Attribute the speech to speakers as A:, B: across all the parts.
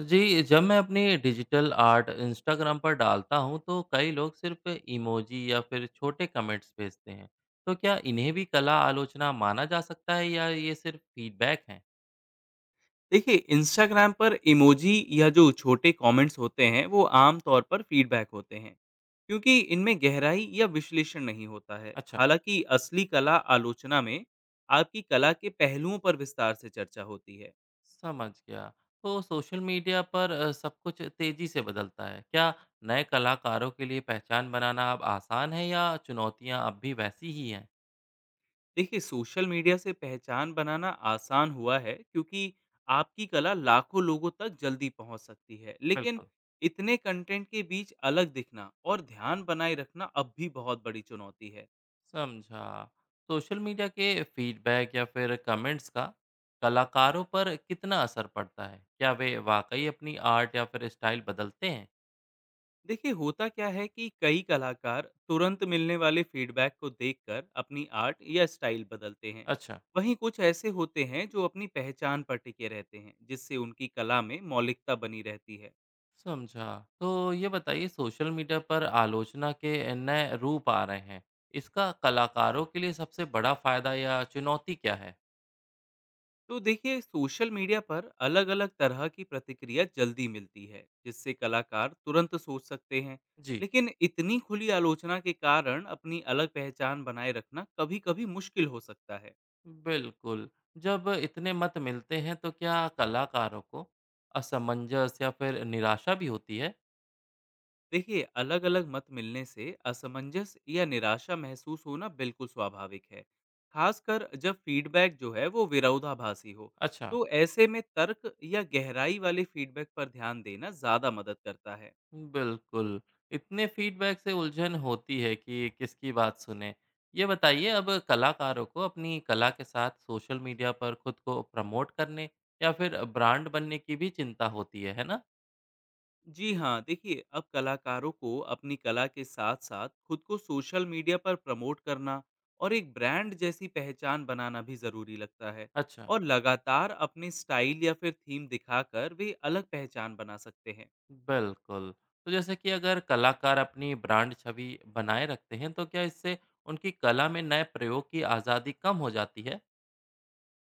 A: जी, जब मैं अपनी डिजिटल आर्ट इंस्टाग्राम पर डालता हूँ तो कई लोग सिर्फ इमोजी या फिर छोटे कमेंट्स भेजते हैं। तो क्या इन्हें भी कला आलोचना माना जा सकता है या ये सिर्फ फीडबैक है?
B: देखिए इंस्टाग्राम पर इमोजी या जो छोटे कमेंट्स होते हैं वो आम तौर पर फीडबैक होते हैं क्योंकि इनमें गहराई या विश्लेषण नहीं होता है।
A: अच्छा।
B: हालांकि असली कला आलोचना में आपकी कला के पहलुओं पर विस्तार से चर्चा होती है।
A: समझ गया। तो सोशल मीडिया पर सब कुछ तेजी से बदलता है। क्या नए कलाकारों के लिए पहचान बनाना अब आसान है या चुनौतियाँ अब भी वैसी ही हैं?
B: देखिए सोशल मीडिया से पहचान बनाना आसान हुआ है क्योंकि आपकी कला लाखों लोगों तक जल्दी पहुंच सकती है, लेकिन
A: बिल्कुल।
B: इतने कंटेंट के बीच अलग दिखना और ध्यान बनाए रखना अब भी बहुत बड़ी चुनौती है।
A: समझा। सोशल मीडिया के फीडबैक या फिर कमेंट्स का कलाकारों पर कितना असर पड़ता है? क्या वे वाकई अपनी आर्ट या फिर स्टाइल बदलते हैं?
B: देखिए होता क्या है कि कई कलाकार तुरंत मिलने वाले फीडबैक को देखकर अपनी आर्ट या स्टाइल बदलते हैं।
A: अच्छा।
B: वहीं कुछ ऐसे होते हैं जो अपनी पहचान पर टिके रहते हैं, जिससे उनकी कला में मौलिकता बनी रहती है।
A: समझा। तो ये बताइए, सोशल मीडिया पर आलोचना के नए रूप आ रहे हैं, इसका कलाकारों के लिए सबसे बड़ा फायदा या चुनौती क्या है?
B: तो देखिए सोशल मीडिया पर अलग अलग तरह की प्रतिक्रिया जल्दी मिलती है, जिससे कलाकार तुरंत सोच सकते हैं।
A: जी।
B: लेकिन इतनी खुली आलोचना के कारण अपनी अलग पहचान बनाए रखना कभी कभी मुश्किल हो सकता है।
A: बिल्कुल। जब इतने मत मिलते हैं तो क्या कलाकारों को असमंजस या फिर निराशा भी होती है?
B: देखिए अलग अलग मत मिलने से असमंजस या निराशा महसूस होना बिल्कुल स्वाभाविक है, खासकर जब फीडबैक जो है वो विरोधाभासी हो।
A: अच्छा।
B: तो ऐसे में तर्क या गहराई वाले फीडबैक पर ध्यान देना ज़्यादा मदद करता है।
A: बिल्कुल, इतने फीडबैक से उलझन होती है कि किसकी बात सुनें। ये बताइए, अब कलाकारों को अपनी कला के साथ सोशल मीडिया पर खुद को प्रमोट करने या फिर ब्रांड बनने की भी चिंता होती है ना?
B: जी हाँ, देखिए अब कलाकारों को अपनी कला के साथ साथ खुद को सोशल मीडिया पर प्रमोट करना और एक ब्रांड जैसी पहचान बनाना भी ज़रूरी लगता है।
A: अच्छा।
B: और लगातार अपने स्टाइल या फिर थीम दिखाकर वे अलग पहचान बना सकते हैं।
A: बिल्कुल। तो जैसे कि अगर कलाकार अपनी ब्रांड छवि बनाए रखते हैं, तो क्या इससे उनकी कला में नए प्रयोग की आज़ादी कम हो जाती है?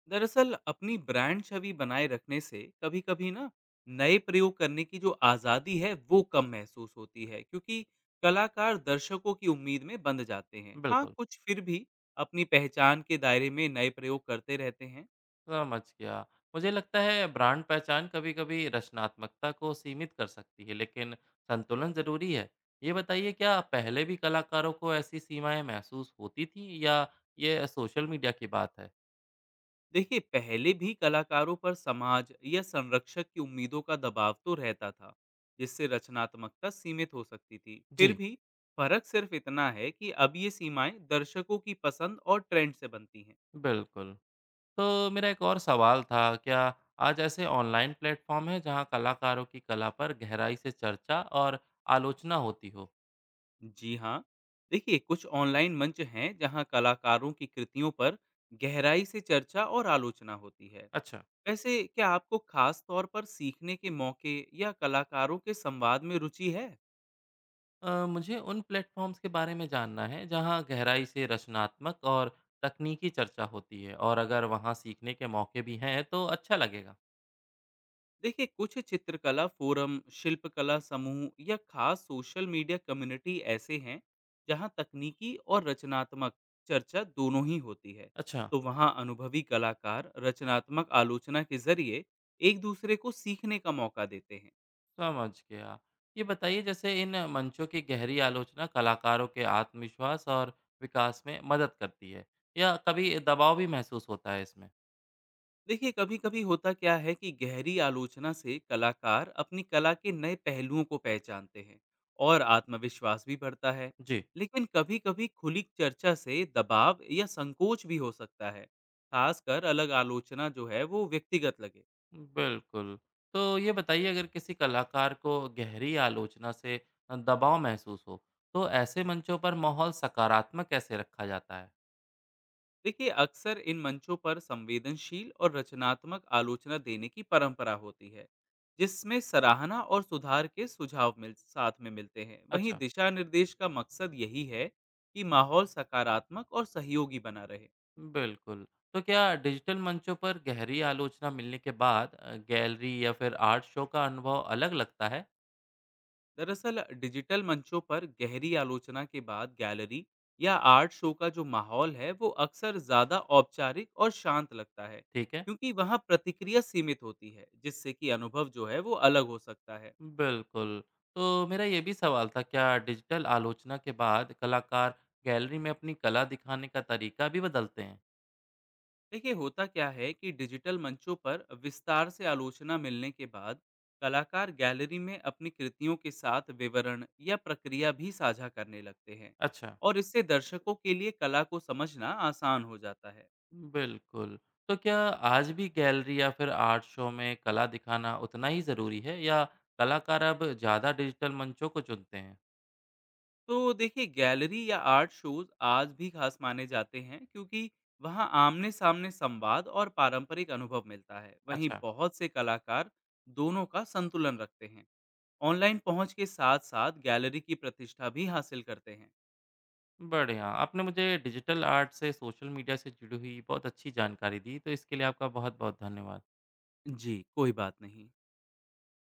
B: दरअसल अपनी ब्रांड छवि बनाए रखने से कभी कभी ना नए प्रयोग करने की जो आज़ादी है वो कम महसूस होती है, क्योंकि कलाकार दर्शकों की उम्मीद में बंध जाते हैं। हाँ,
A: बिल्कुल।
B: कुछ फिर भी अपनी पहचान के दायरे में नए प्रयोग करते रहते हैं।
A: समझ गया। मुझे लगता है ब्रांड पहचान कभी-कभी रचनात्मकता को सीमित कर सकती है, लेकिन संतुलन ज़रूरी है। ये बताइए, क्या पहले भी कलाकारों को ऐसी सीमाएँ महसूस होती थीं या ये सोशल मीडिया की बात है?
B: देखिए पहले भी कलाकारों पर समाज या संरक्षक की उम्मीदों का दबाव तो रहता था, जिससे रचनात्मकता सीमित हो सकती थी। फिर
A: जी।
B: भी फर्क सिर्फ इतना है कि अब ये सीमाएं दर्शकों की पसंद और ट्रेंड से बनती हैं।
A: बिल्कुल। तो मेरा एक और सवाल था, क्या आज ऐसे ऑनलाइन प्लेटफ़ॉर्म हैं जहाँ कलाकारों की कला पर गहराई से चर्चा और आलोचना होती हो?
B: जी हाँ, देखिए कुछ ऑनलाइन मंच हैं जहाँ कलाकारों की कृतियों पर गहराई से चर्चा और आलोचना होती है।
A: अच्छा।
B: वैसे क्या आपको खास तौर पर सीखने के मौके या कलाकारों के संवाद में रुचि है?
A: मुझे उन प्लेटफॉर्म्स के बारे में जानना है जहां गहराई से रचनात्मक और तकनीकी चर्चा होती है, और अगर वहां सीखने के मौके भी हैं तो अच्छा लगेगा।
B: देखिए कुछ चित्रकला फोरम, शिल्पकला समूह या खास सोशल मीडिया कम्युनिटी ऐसे हैं जहाँ तकनीकी और रचनात्मक चर्चा दोनों ही होती है।
A: अच्छा।
B: तो वहाँ अनुभवी कलाकार रचनात्मक आलोचना के जरिए एक दूसरे को सीखने का मौका देते हैं।
A: समझ गया। ये बताइए, जैसे इन मंचों की गहरी आलोचना कलाकारों के आत्मविश्वास और विकास में मदद करती है या कभी दबाव भी महसूस होता है इसमें?
B: देखिए कभी-कभी होता क्या है कि गहरी आलोचना से कलाकार अपनी कला के नए पहलुओं को पहचानते हैं और आत्मविश्वास भी बढ़ता है।
A: जी।
B: लेकिन कभी-कभी खुली चर्चा से दबाव या संकोच भी हो सकता है, खासकर अलग आलोचना जो है वो व्यक्तिगत लगे।
A: बिल्कुल। तो ये बताइए, अगर किसी कलाकार को गहरी आलोचना से दबाव महसूस हो, तो ऐसे मंचों पर माहौल सकारात्मक कैसे रखा जाता है?
B: देखिए अक्सर इन मंचों पर संवेदनशील और रचनात्मक आलोचना देने की परंपरा होती है, जिसमें सराहना और सुधार के सुझाव मिल साथ में मिलते हैं। वहीं
A: अच्छा।
B: दिशा निर्देश का मकसद यही है कि माहौल सकारात्मक और सहयोगी बना रहे।
A: बिल्कुल। तो क्या डिजिटल मंचों पर गहरी आलोचना मिलने के बाद गैलरी या फिर आर्ट शो का अनुभव अलग लगता है?
B: दरअसल डिजिटल मंचों पर गहरी आलोचना के बाद गैलरी या आर्ट शो का जो माहौल है वो अक्सर ज़्यादा औपचारिक और शांत लगता है,
A: ठीक है।
B: क्योंकि वहाँ प्रतिक्रिया सीमित होती है, जिससे कि अनुभव जो है वो अलग हो सकता है।
A: बिल्कुल। तो मेरा ये भी सवाल था, क्या डिजिटल आलोचना के बाद कलाकार गैलरी में अपनी कला दिखाने का तरीका भी बदलते हैं?
B: देखिए होता क्या है कि डिजिटल मंचों पर विस्तार से आलोचना मिलने के बाद कलाकार गैलरी में अपनी कृतियों के साथ विवरण या प्रक्रिया भी साझा करने लगते हैं।
A: अच्छा।
B: और इससे दर्शकों के लिए कला को समझना आसान हो जाता है।
A: बिल्कुल। तो क्या आज भी गैलरी या फिर आर्ट शो में कला दिखाना उतना ही ज़रूरी है या कलाकार अब ज़्यादा डिजिटल मंचों को चुनते हैं?
B: तो देखिए गैलरी या आर्ट शोज आज भी खास माने जाते हैं, क्योंकि वहाँ आमने सामने संवाद और पारंपरिक अनुभव मिलता है। वहीं
A: अच्छा,
B: बहुत से कलाकार दोनों का संतुलन रखते हैं, ऑनलाइन पहुंच के साथ साथ गैलरी की प्रतिष्ठा भी हासिल करते हैं।
A: बढ़िया। आपने मुझे डिजिटल आर्ट से, सोशल मीडिया से जुड़ी हुई बहुत अच्छी जानकारी दी, तो इसके लिए आपका बहुत-बहुत धन्यवाद।
B: जी, कोई बात नहीं।